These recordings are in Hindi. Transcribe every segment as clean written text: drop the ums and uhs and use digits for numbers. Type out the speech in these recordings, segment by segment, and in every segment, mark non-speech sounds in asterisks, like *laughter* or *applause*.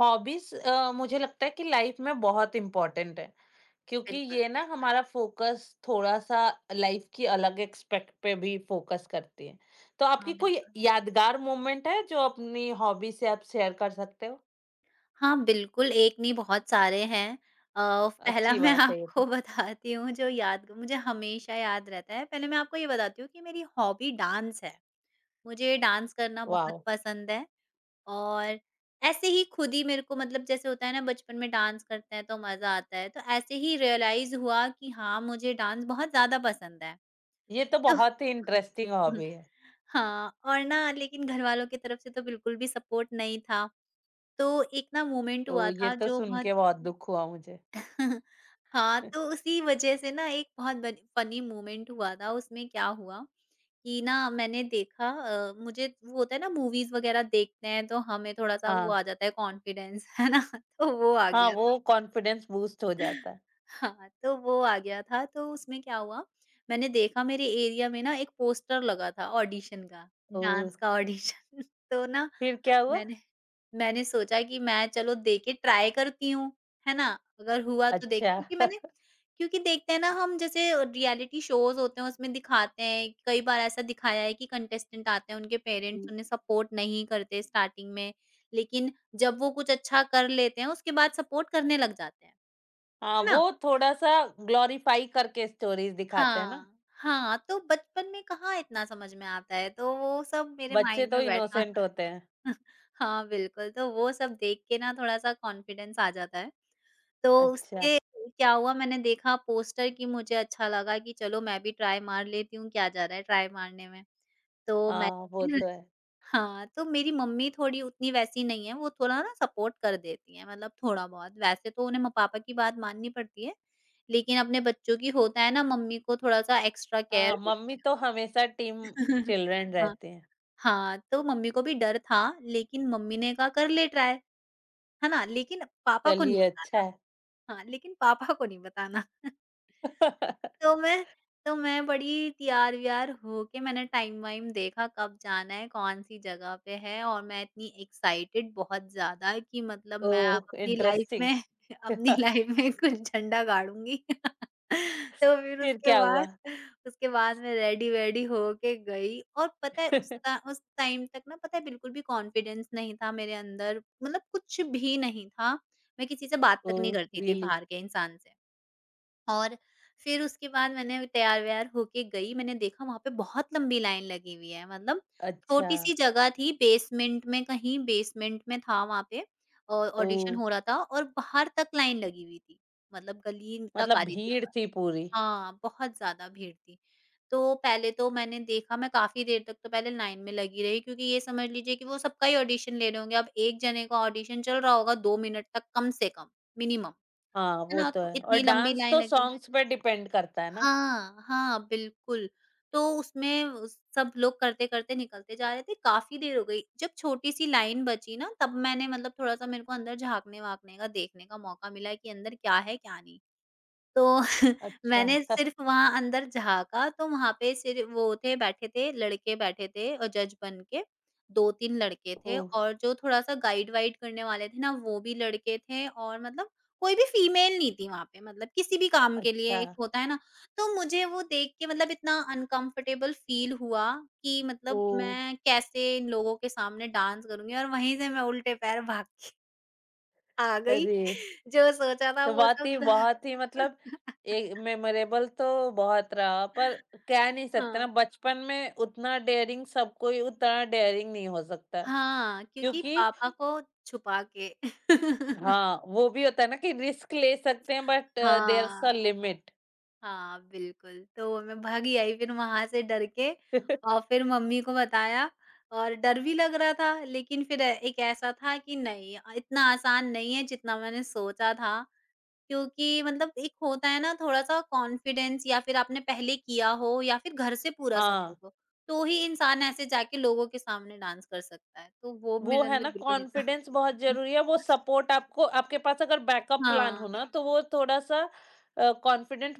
हॉबीज मुझे लगता है कि लाइफ में बहुत इम्पोर्टेंट है क्योंकि बिल्कुल, ये ना हमारा फोकस थोड़ा सा लाइफ की अलग एक्सपेक्ट पे भी फोकस करती है। तो आपकी हाँ, कोई बिल्कुल। यादगार मोमेंट है जो अपनी हॉबी से आप शेयर कर सकते हो? हाँ, बिल्कुल, एक नहीं बहुत सारे हैं। पहला अच्छी मैं बात *laughs* है ये तो। आपको बताती हूँ जो याद मुझे हमेशा याद रहता है। पहले मैं आपको ये बताती हूँ कि मेरी हॉबी डांस है। मुझे डांस करना बहुत वाह। पसंद है और ऐसे ही खुद ही मेरे को मतलब जैसे होता है ना बचपन में डांस करते हैं तो मज़ा आता है, तो ऐसे ही रियलाइज़ हुआ कि हाँ, मुझे डांस बहुत ज़्यादा पसंद है। ये तो तो बहुत ही इंटरेस्टिंग *laughs* हुँ, हॉबी है। हाँ, और ना लेकिन घरवालों की तरफ से तो बिल्कुल भी सपोर्ट नहीं था। तो एक ना मोमेंट तो हुआ ये था तो जो सुन बहुत के बहुत दुख हुआ मुझे। *laughs* हाँ, तो *laughs* उसी वजह से ना एक बहुत बन फनी मोमेंट हुआ था। उसमें क्या हुआ कि ना मैंने देखा मुझे वो होता है ना मूवीज़ वग़ैरह देखते हैं तो हमें थोड़ा-सा वो हाँ। आ जाता है कॉन्फिडेंस, है ना? *laughs* तो वो आ हाँ, गया वो था। कॉन्फिडेंस बूस्ट हो जाता है। हाँ, तो वो आ गया था। तो उसमें क्या हुआ, मैंने देखा मेरे एरिया में ना एक पोस्टर लगा था ऑडिशन का, ओ, डांस का ऑडिशन। *laughs* तो ना फिर क्या हुआ? मैंने मैंने सोचा कि मैं चलो दे के ट्राई करती हूँ, है ना? अगर हुआ तो देख अच्छा। *laughs* क्योंकि देखते हैं ना हम जैसे रियलिटी शोज़ होते हैं उसमें दिखाते हैं, कई बार ऐसा दिखाया है कि कंटेस्टेंट आते हैं, उनके पेरेंट्स उन्हें सपोर्ट नहीं करते स्टार्टिंग में, लेकिन जब वो कुछ अच्छा कर लेते हैं उसके बाद सपोर्ट करने लग जाते हैं, हाँ, है वो ना? थोड़ा-सा ग्लोरीफाई करके स्टोरीज़ दिखाते हैं ना। हाँ, हाँ, तो बचपन में कहाँ इतना समझ में आता है, तो वो सब मेरे बच्चे माइंड तो में बैठा इनोसेंट था। होते हैं। *laughs* हाँ, बिल्कुल, तो वो सब देख के ना थोड़ा-सा कॉन्फिडेंस आ जाता है। तो अच्छा। उसके क्या हुआ मैंने देखा पोस्टर कि मुझे अच्छा लगा कि चलो मैं भी ट्राई मार लेती हूँ, क्या जा रहा है ट्राई मारने में। तो मैं हाँ, वो *laughs* तो है। हाँ, तो मेरी मम्मी थोड़ी उतनी वैसी नहीं है, वो थोड़ा ना सपोर्ट कर देती हैं मतलब थोड़ा-बहुत। वैसे तो उन्हें म पापा की बात माननी पड़ती है, लेकिन अपने बच्चों की होता है ना मम्मी को थोड़ा-सा एक्स्ट्रा हाँ, केयर होती मम्मी तो हमेशा है। टीम *laughs* चिल्ड्रन हाँ, रहती हैं। हाँ, तो मम्मी को भी डर था लेकिन मम्मी ने कहा कर ले ट्राई, है ना? लेकिन पापा को नहीं चलिए अच्छा बताना। है। हाँ, लेकिन पापा को नहीं बताना। तो *laughs* मैं तो मैं बड़ी तैयार-व्यार होके मैंने टाइम-वाइम देखा कब जाना है, कौन-सी जगह पे है और मैं इतनी एक्साइटेड बहुत ज़्यादा कि मतलब मैं अब ओह! अपनी लाइफ इंटरेस्टिंग। में *laughs* अपनी *laughs* लाइफ में कुछ झंडा गाड़ूँगी। *laughs* तो फिर फिर उसके क्या हुआ? बाद उसके बाद मैं रेडी-वेडी होके गई और पता है *laughs* उस टाइम तक ना पता है बिल्कुल भी कॉन्फिडेंस नहीं था मेरे अंदर मतलब कुछ भी नहीं था। मैं किसी से बात तक ओह! नहीं करती थी रियली? बाहर के इंसान से। और फिर उसके बाद मैंने तैयार-वैयार होके गई, मैंने देखा वहाँ पे बहुत लंबी लाइन लगी हुई है, मतलब अच्छा। छोटी-सी जगह थी बेसमेंट में कहीं बेसमेंट में था वहाँ पे ओह! ऑडिशन हो रहा था और बाहर तक लाइन लगी हुई थी, मतलब गली तक मतलब आ रही थी। भीड़ थी पूरी। हाँ, बहुत ज़्यादा भीड़ थी। तो पहले तो मैंने देखा मैं काफ़ी देर तक तो पहले लाइन में लगी रही क्योंकि ये समझ लीजिए कि वो सबका ही ऑडिशन ले रहे होंगे, अब एक जने का ऑडिशन चल रहा होगा 2 मिनट तक कम से कम, मिनिमम, हाँ, है वो ना? तो तो है और इतनी लंबी डांस लाइन तो लगी। सॉन्ग्स पे डिपेंड करता है ना? हाँ, हाँ, बिल्कुल। तो उसमें उस सब लोग करते-करते निकलते जा रहे थे, काफ़ी देर हो गई। जब छोटी-सी लाइन बची ना तब मैंने मतलब थोड़ा-सा मेरे को अंदर झाँकने-वाँकने का, देखने का मौका मिला कि अंदर क्या है, क्या नहीं। तो अच्छा। मैंने *laughs* सिर्फ़ वहाँ अंदर झाँका तो वहाँ पे सिर्फ़ वो थे बैठे थे, लड़के बैठे थे जज बन के, 2-3 लड़के थे ओह! और जो थोड़ा-सा गाइड-वाइड करने वाले थे ना वो भी लड़के थे और मतलब कोई भी फ़ीमेल नहीं थी वहाँ पे मतलब किसी भी काम के लिए अच्छा। एक होता है ना, तो मुझे वो देख के मतलब इतना अनकम्फ़र्टेबल फ़ील हुआ कि मतलब ओह! मैं कैसे इन लोगों के सामने डांस करूँगी और वहीं से मैं उल्टे पैर भाग के आ गई, अरे! *laughs* जो सोचा था वो वाक़ई सब ध बहुत ही मतलब *laughs* ए मेमोरेबल तो बहुत रहा, पर कह नहीं सकते हाँ, ना बचपन में उतना डेयरिंग, सब कोई उतना डेयरिंग नहीं हो सकता। हाँ। हाँ, क्योंकि क्योंकि पापा को छुपा के। *laughs* हाँ, वो भी होता है ना कि रिस्क ले सकते हैं, बट देयर इज़ अ हाँ, लिमिट। हाँ, बिल्कुल, तो मैं भागी आई फिर वहाँ से डर के *laughs* और फिर मम्मी को बताया और डर भी लग रहा था लेकिन फिर एक ऐसा था कि नहीं इतना आसान नहीं है जितना मैंने सोचा था क्योंकि मतलब एक होता है ना थोड़ा-सा कॉन्फिडेंस या फिर आपने पहले किया हो या फिर घर से पूरा हाँ। सपोर्ट हो, तो ही इंसान ऐसे जाके लोगों के सामने डांस कर सकता है, तो वो वो मेरे है अंदर ना, बिल्कुल नहीं था। कॉन्फिडेंस बहुत हुँ, ज़रूरी है, वो सपोर्ट आपको आपके पास अगर बैकअप प्लान हाँ। हो ना, तो वो थोड़ा-सा कॉन्फिडेंट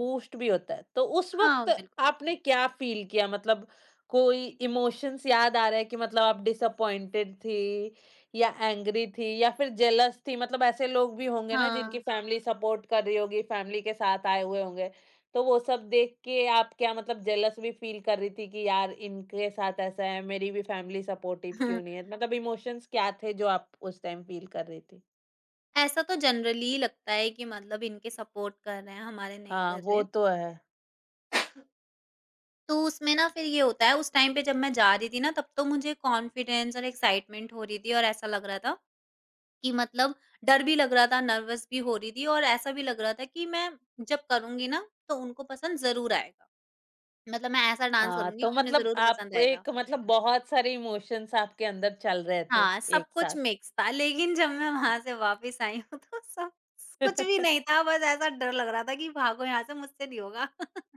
बूस्ट भी होता है। तो उस हाँ, वक़्त बिल्कुल। आपने क्या फ़ील किया? मतलब कोई इमोशंस याद आ रहा है कि मतलब आप डिसअपॉइंटेड थी या एंग्री थी या फिर जेलस थी? मतलब ऐसे लोग भी होंगे ना जिनकी हाँ। फैमिली सपोर्ट कर रही होगी, फैमिली के साथ आए हुए होंगे। तो वो सब देख के आप क्या, मतलब जेलस भी फील कर रही थी कि यार इनके साथ ऐसा है, मेरी भी फैमिली सपोर्टिव क्यों नहीं है? *laughs* मतलब इमोशंस क्या थे जो आप उस टाइम फील कर रही थी? ऐसा तो जनरली लगता है कि मतलब इनके सपोर्ट कर रहे हैं, हमारे नहीं हाँ, कर वो रहे। तो है। तो उसमें ना फिर ये होता है उस टाइम पे जब मैं जा रही थी ना तब तो मुझे कॉन्फिडेंस और एक्साइटमेंट हो रही थी और ऐसा लग रहा था कि मतलब डर भी लग रहा था, नर्वस भी हो रही थी और ऐसा भी लग रहा था कि मैं जब करूँगी ना तो उनको पसंद ज़रूर आएगा। मतलब मैं ऐसा डांस करूँगी तो कि उन्हें मतलब ज़रूर पसंद आप आएगा। एक मतलब बहुत सारे इमोशंस आपके अंदर चल रहे थे हाँ, सब एक कुछ साथ। मिक्स था, लेकिन जब मैं वहाँ से वापस आई हूँ तो सब कुछ भी नहीं *laughs* था, बस ऐसा डर लग रहा था कि भागो यहाँ से मुझसे नहीं होगा। *laughs*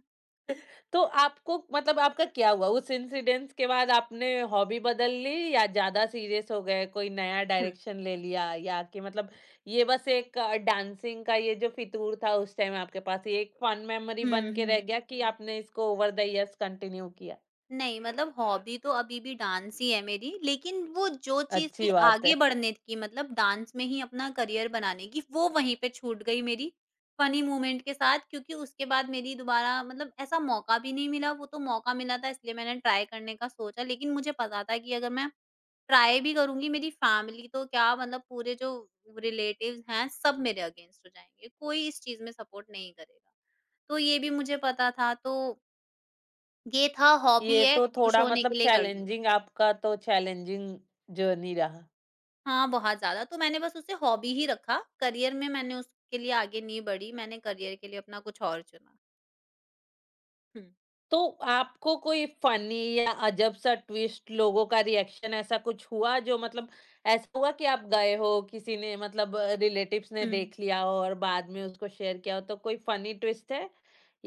तो आपको मतलब आपका क्या हुआ? उस इंसिडेंस के बाद आपने हॉबी बदल ली या ज़्यादा सीरियस हो गए, कोई नया हुँ, डायरेक्शन ले लिया, या कि मतलब ये बस एक डांसिंग का ये जो फितूर था उस टाइम आपके पास, ये एक फन मेमोरी बन हुँ, के रह हुँ। गया कि आपने इसको ओवर द इयर्स कंटिन्यू किया? नहीं, मतलब हॉबी तो अभी भी डांस ही है मेरी, लेकिन वो जो चीज़ थी अच्छी बात है। आगे *laughs* बढ़ने की मतलब डांस में ही अपना करियर बनाने की, वो वहीं पे छूट गई मेरी, फ़नी मोमेंट के साथ क्योंकि उसके बाद मेरी दोबारा मतलब ऐसा मौका भी नहीं मिला, वो तो मौका मिला था इसलिए मैंने ट्राई करने का सोचा, लेकिन मुझे पता था कि अगर मैं ट्राई भी करूँगी मेरी फैमिली तो क्या मतलब पूरे जो रिलेटिव्स हैं, सब मेरे अगेंस्ट हो जाएँगे, कोई इस चीज़ में सपोर्ट नहीं करेगा। तो ये भी मुझे पता था तो ये था हॉबी ये है, तो खुश थोड़ा होने मतलब के लिए कर लूँगी। चैलेंजिंग, आपका तो चैलेंजिंग जर्नी रहा। हाँ, बहुत ज़्यादा तो मैंने बस उसे हॉबी ही रखा, करियर में मैंने उसके लिए आगे नहीं बढ़ी, मैंने करियर के लिए अपना कुछ और चुना। हुँ, तो आपको कोई फनी या अजब सा ट्विस्ट, लोगों का रिएक्शन ऐसा कुछ हुआ जो मतलब ऐसा हुआ कि आप गए हो, किसी ने मतलब रिलेटिव्स ने हुँ। देख लिया हो और बाद में उसको शेयर किया हो, तो कोई फनी ट्विस्ट है,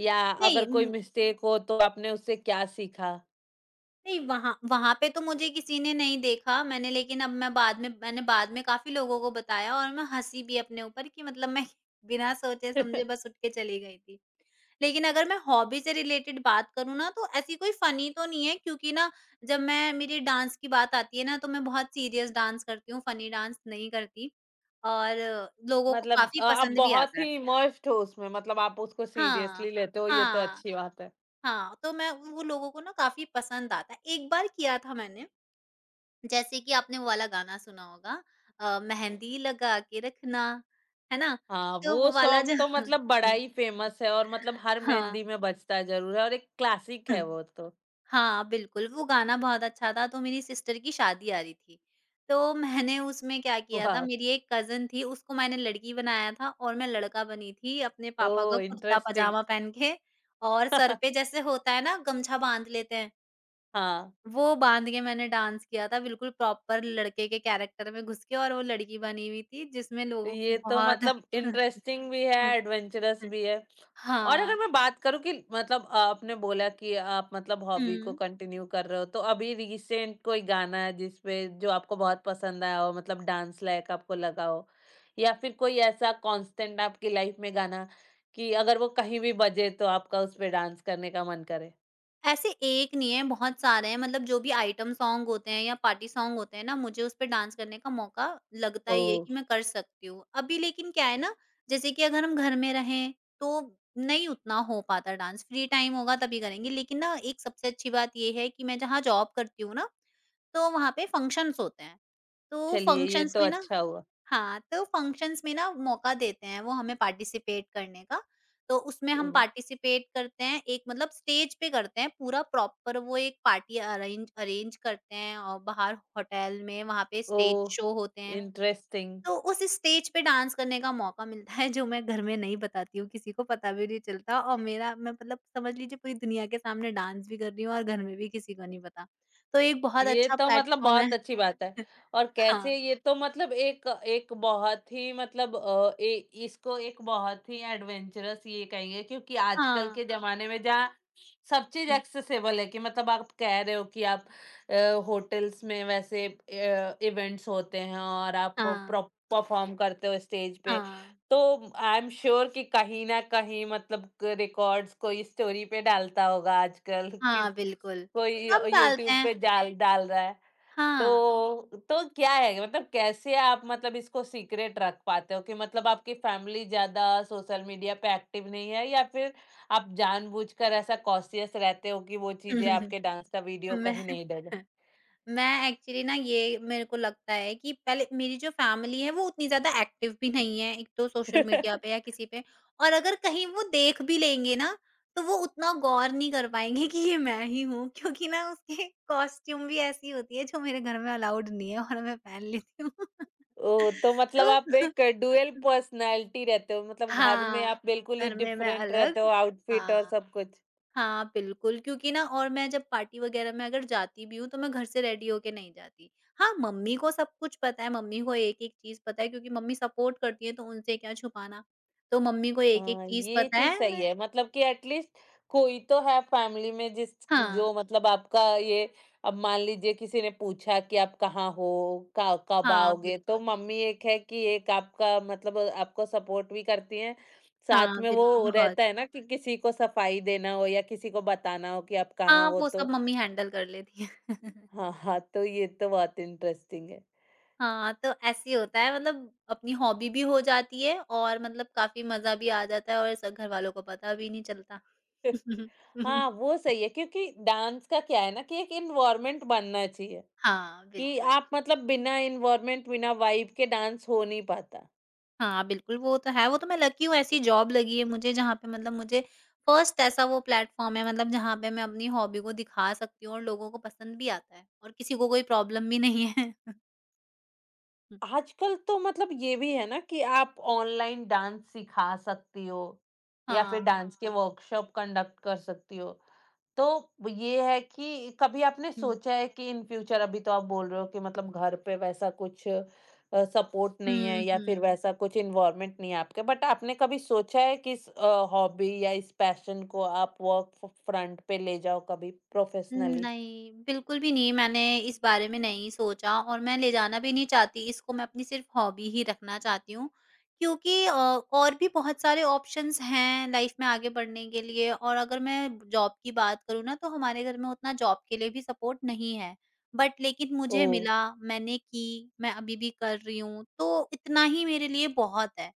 या अगर नहीं कोई मिस्टेक हो तो आपने उससे क्या सीखा? नहीं वहाँ वहाँ पे तो मुझे किसी ने नहीं देखा मैंने लेकिन अब मैं बाद में मैंने बाद में काफ़ी लोगों को बताया और मैं हँसी भी अपने ऊपर कि मतलब मैं *laughs* बिना *laughs* सोचे-समझे बस उठ के चली गई थी। लेकिन अगर मैं हॉबी से रिलेटेड बात करूँ ना तो ऐसी कोई फ़नी तो नहीं है क्योंकि ना जब मैं मेरी डांस की बात आती है ना तो मैं बहुत सीरियस डांस करती हूँ, फ़नी डांस नहीं करती और लोगों को मतलब काफ़ी आप पसंद भी बहुत आता ही है। इमर्स्ड हो उसमें, मतलब आप उसको हाँ। सीरियसली लेते हो, ये तो हाँ, अच्छी बात है। हाँ, तो मैं वो लोगों को ना काफ़ी पसंद आता है। एक बार किया था मैंने, जैसे कि आपने वो वाला गाना सुना होगा मेहंदी लगा के रखना, है ना? हाँ, तो वो वो वाला सॉन्ग जो तो मतलब बड़ा *laughs* ही फेमस है और मतलब हर हाँ, मेहंदी में बजता जरूर है और एक क्लासिक है हाँ। वो तो। हाँ, बिल्कुल, वो गाना बहुत अच्छा था तो मेरी सिस्टर की शादी आ रही थी। तो मैंने उसमें क्या किया था वाह। मेरी एक कज़िन थी उसको मैंने लड़की बनाया था और मैं लड़का बनी थी अपने पापा का ओह! इंटरेस्टिंग। कुर्ता-पजामा पहन के और सर पे *laughs* जैसे होता है ना गमछा बाँध लेते हैं, हाँ, वो बाँध के मैंने डांस किया था बिल्कुल प्रॉपर लड़के के कैरेक्टर में घुस के और वो लड़की बनी हुई थी जिसमें लोगों को ये तो बहुत मतलब *laughs* हाँ, इंटरेस्टिंग भी है, हुँ, एडवेंचरस हुँ। भी है। और हाँ। अगर मैं बात करूँ कि मतलब आपने बोला कि आप मतलब हॉबी को हुँ। कंटिन्यू कर रहे हो, तो अभी रिसेंट कोई गाना है जिसपे जो आपको बहुत पसंद आया हो, मतलब डांस लायक आपको लगा हो? या फिर कोई ऐसा कांस्टेंट आपकी लाइफ में गाना कि अगर वो कहीं भी बजे तो आपका उस पे डांस करने का मन करे? ऐसे एक नहीं है, बहुत सारे हैं मतलब जो भी आइटम सॉन्ग होते हैं या पार्टी सॉन्ग होते हैं ना, मुझे उस पे डांस करने का मौका लगता ही है ओह! कि मैं कर सकती हूँ। अभी लेकिन क्या है ना, जैसे कि अगर हम घर में रहें, तो नहीं उतना हो पाता डांस, फ्री टाइम होगा तभी करेंगे। लेकिन ना एक सबसे अच्छी बात ये है कि मैं जहाँ जॉब करती हूँ ना, तो वहाँ पे फंक्शन्स होते हैं। तो चलिए ये फंक्शन्स तो में ना अच्छा हुआ। हाँ, तो फंक्शंस में ना मौका देते हैं वो हमें पार्टिसिपेट करने का। तो उसमें हम ओह! पार्टिसिपेट करते हैं एक मतलब स्टेज पे करते हैं पूरा प्रॉपर वो एक पार्टी अरेंज अरेंज करते हैं और बाहर होटल में वहाँ पे स्टेज ओह! शो होते हैं। इंटरेस्टिंग। तो उस स्टेज पे डांस करने का मौका मिलता है जो मैं घर में नहीं बताती हूँ, किसी को पता भी नहीं चलता और मेरा मैं मतलब समझ लीजिए पूरी दुनिया के सामने डांस भी कर रही हूँ और घर में भी किसी को नहीं पता। तो एक बहुत ये अच्छा तो मतलब प्लेटफ़ॉर्म है। बहुत अच्छी बात है। *laughs* और हाँ, कैसे, ये तो मतलब एक एक बहुत ही मतलब ए इसको एक बहुत ही एडवेंचरस ये कहेंगे क्योंकि आजकल हाँ, के ज़माने में जहाँ सब चीज़ हुँ, एक्सेसिबल है कि मतलब आप कह रहे हो कि आप अ, होटल्स में वैसे इवेंट्स होते हैं और आप प्रो हाँ। परफ़ॉर्म करते हो स्टेज पे। हाँ, तो आई एम श्योर कि कहीं न कहीं मतलब क रिकॉर्ड्स कोई स्टोरी पे डालता होगा आजकल, किस हाँ, बिल्कुल। कोई यू सब डालते यूट्यूब हैं, पे डाल डाल रहा है। तो हाँ। तो क्या है मतलब कैसे आप मतलब इसको सीक्रेट रख पाते हो? कि मतलब आपकी फैमिली ज़्यादा सोशल मीडिया पे एक्टिव नहीं है, या फिर आप जानबूझकर ऐसा कॉशियस रहते हो कि वो चीज़ें *laughs* आपके डांस का वीडियो कहीं मैं नहीं डले? मैं एक्चुअली ना ये मेरे को लगता है कि पहले मेरी जो फ़ैमिली है वो उतनी ज़्यादा एक्टिव भी नहीं है, एक तो सोशल मीडिया पे या *laughs* किसी पे और अगर कहीं वो देख भी लेंगे ना, तो वो उतना गौर नहीं कर पाएँगे कि ये मैं ही हूँ क्योंकि ना उसके कॉस्ट्यूम भी ऐसी होती है जो मेरे घर में अलाउड नहीं है और मैं पहन लेती हूँ। ओह! तो मतलब *laughs* आप तो एक ड्यूअल पर्सनैलिटी रहते हो, मतलब घर में हाँ, आप बिल्कुल ही घर में मैं डिफरेंट अलग। रहते हो, आउटफिट और हाँ। सब कुछ। हाँ, बिल्कुल, क्योंकि ना और मैं जब पार्टी वग़ैरह में अगर जाती भी हूँ, तो मैं घर से रेडी होके नहीं जाती। हाँ, मम्मी को सब कुछ पता है, मम्मी को एक-एक चीज़ पता है क्योंकि मम्मी सपोर्ट करती हैं, तो उनसे क्या छुपाना। तो मम्मी को एक-एक हाँ, चीज़ ये पता चीज़ है सही मैं। है मतलब कि एटलीस्ट कोई तो है फैमिली में जिस जो हाँ, मतलब आपका ये अब मान लीजिए किसी ने पूछा कि आप कहाँ हो, का कब हाँ, आओगे, तो बिल्कुल। मम्मी एक है कि एक आपका मतलब आपको सपोर्ट भी करती हैं, साथ हाँ, में वो बिल्कुल, हाँ। बहुत। रहता है ना कि किसी को सफाई देना हो या किसी को बताना हो कि आप कहाँ हाँ, हो वो तो। सब मम्मी हैंडल कर लेती हैं। *laughs* हाँ, हाँ, तो ये तो बहुत इंटरेस्टिंग है। हाँ, तो ऐसे ही होता है मतलब अपनी हॉबी भी हो जाती है और मतलब काफ़ी मज़ा भी आ जाता है और स घरवालों को पता भी नहीं चलता। *laughs* *laughs* हाँ, वो सही है क्योंकि डांस का क्या है ना कि एक एनवायरनमेंट बनना चाहिए। हाँ, कि बिल्कुल। आप मतलब बिना इन्वायरमेंट, बिना वाइब के डांस हो नहीं पाता। हाँ, बिल्कुल, वो तो है, वो तो मैं लकी हूँ ऐसी जॉब लगी है मुझे जहाँ पे मतलब मुझे फर्स्ट ऐसा वो प्लेटफ़ॉर्म है मतलब जहाँ पे मैं अपनी हॉबी को दिखा सकती हूँ और लोगों को पसंद भी आता है और किसी को कोई प्रॉब्लम भी नहीं है। *laughs* आजकल तो मतलब ये भी है ना कि आप ऑनलाइन डांस सिखा सकती हो, या फिर हाँ, डांस के हाँ। बिल्कुल। वर्कशॉप कंडक्ट कर सकती हो। तो ये है कि कभी आपने हुँ। सोचा है कि इन फ्यूचर, अभी तो आप बोल रहे हो कि मतलब घर पे वैसा कुछ सपोर्ट नहीं है हुँ, या फिर हुँ। वैसा कुछ इन्वायरमेंट नहीं है आपके, बट आपने कभी सोचा है कि इस हॉबी या इस पैशन को आप वर्क फ फ्रंट पे ले जाओ कभी प्रोफेशनली? नहीं, बिल्कुल भी नहीं, मैंने इस बारे में नहीं सोचा और मैं ले जाना भी नहीं चाहती इसको, मैं अपनी सिर्फ़ हॉबी ही रखना चाहती हूँ। क्योंकि और भी बहुत सारे ऑप्शंस हैं लाइफ़ में आगे बढ़ने के लिए और अगर मैं जॉब की बात करूँ ना, तो हमारे घर में उतना जॉब के लिए भी सपोर्ट नहीं है। बट लेकिन मुझे ओह! मिला, मैंने की, मैं अभी भी कर रही हूँ, तो इतना ही मेरे लिए बहुत है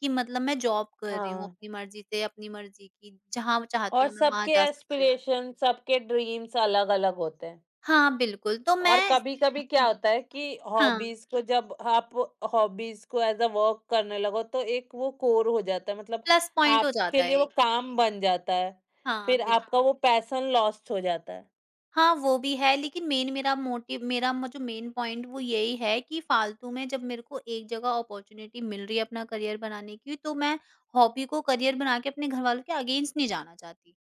कि मतलब मैं जॉब कर रही हूँ हाँ, अपनी मर्ज़ी से, अपनी मर्ज़ी की, जहाँ चाहती और हूँ मैं वहाँ सबके जा सकती हूँ। एस्पिरेशन, सबके ड्रीम्स अलग-अलग होते हैं। हाँ, बिल्कुल, तो और मैं। कभी-कभी क्या हाँ, होता है कि हाँ, हॉबीज़ को जब आप हॉबीज़ को एज़ अ वर्क करने लगो तो एक वो कोर हो जाता है, मतलब प्लस पॉइंट हो आपके जाता लिए है वो एक। काम बन जाता है, हाँ, फिर बिल। आपका वो पैशन लॉस्ट हो जाता है। हाँ, वो भी है लेकिन मेन मेरा मोटिव मेरा म जो मेन पॉइंट वो यही है कि फालतू में जब मेरे को एक जगह अपॉर्च्युनिटी मिल रही है अपना करियर बनाने की, तो मैं हॉबी को करियर बना के अपने घरवालों के अगेंस्ट नहीं जाना चाहती।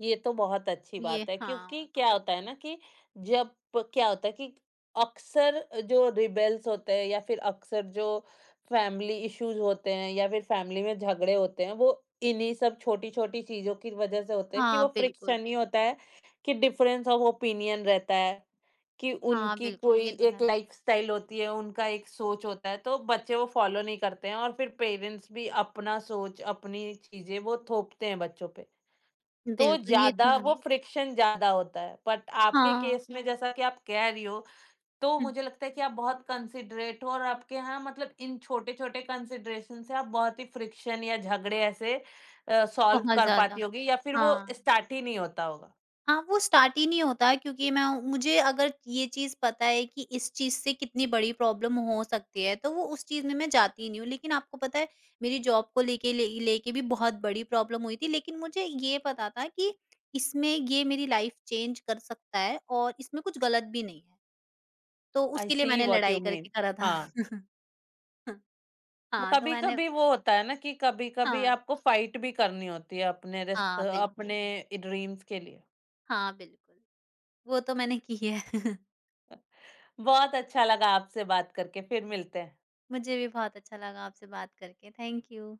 ये तो बहुत अच्छी ये बात है क्योंकि हाँ, क्या तो होता है ना कि जब क्या होता है कि अक्सर जो रिबेल्स होते हैं या फिर अक्सर जो फैमिली इश्यूज होते हैं या फिर फैमिली में झगड़े होते हैं, वो इन्हीं सब छोटी-छोटी चीज़ों की वजह से होते हैं कि हाँ, वो बिल्कुल। फ्रिक्शन ही होता है, कि डिफरेंस ऑफ ओपिनियन रहता है, कि हाँ, उनकी बिल्कुल, कोई ये तो एक है। लाइफस्टाइल होती है, उनका एक सोच होता है तो बच्चे वो फॉलो नहीं करते हैं और फिर पेरेंट्स भी अपना सोच, अपनी चीज़ें वो थोपते हैं बच्चों पे। तो बिल्कुल, ये तो ज़्यादा है। वो फ्रिक्शन ज़्यादा होता है। बट आपके हाँ, केस में जैसा कि आप कह रही हो, तो हुँ, मुझे लगता है कि आप बहुत कंसिडरेट हो और आपके यहाँ मतलब इन छोटे-छोटे कंसिडरेशन से आप बहुत ही फ्रिक्शन या झगड़े ऐसे सॉल्व बहुत कर ज़्यादा। पाती होगी या फिर वो हाँ। स्टार्ट ही नहीं होता होगा। हाँ, वो स्टार्ट ही नहीं होता क्योंकि मैं मुझे अगर ये चीज़ पता है कि इस चीज़ से कितनी बड़ी प्रॉब्लम हो सकती है, तो वो उस चीज़ में मैं जाती ही नहीं हूँ। लेकिन आपको पता है मेरी जॉब को लेके ले लेके भी बहुत बड़ी प्रॉब्लम हुई थी, लेकिन मुझे ये पता था कि इसमें ये मेरी लाइफ़ चेंज कर सकता है और इसमें कुछ गलत भी नहीं है। तो आई उसके लिए सी मैंने व्हाट यू लड़ाई करके मीन। करा था। हाँ, *laughs* वो हाँ, तो मैंने। कभी-कभी वो होता है ना कि कभी-कभी हाँ, आपको फाइट भी करनी होती है अपने रिस हाँ, बिल्कुल। अपने ड्रीम्स के लिए। हाँ, बिल्कुल। वो तो मैंने की है। *laughs* बहुत अच्छा लगा आपसे बात करके, फिर मिलते हैं। मुझे भी बहुत अच्छा लगा आपसे बात करके। Thank you.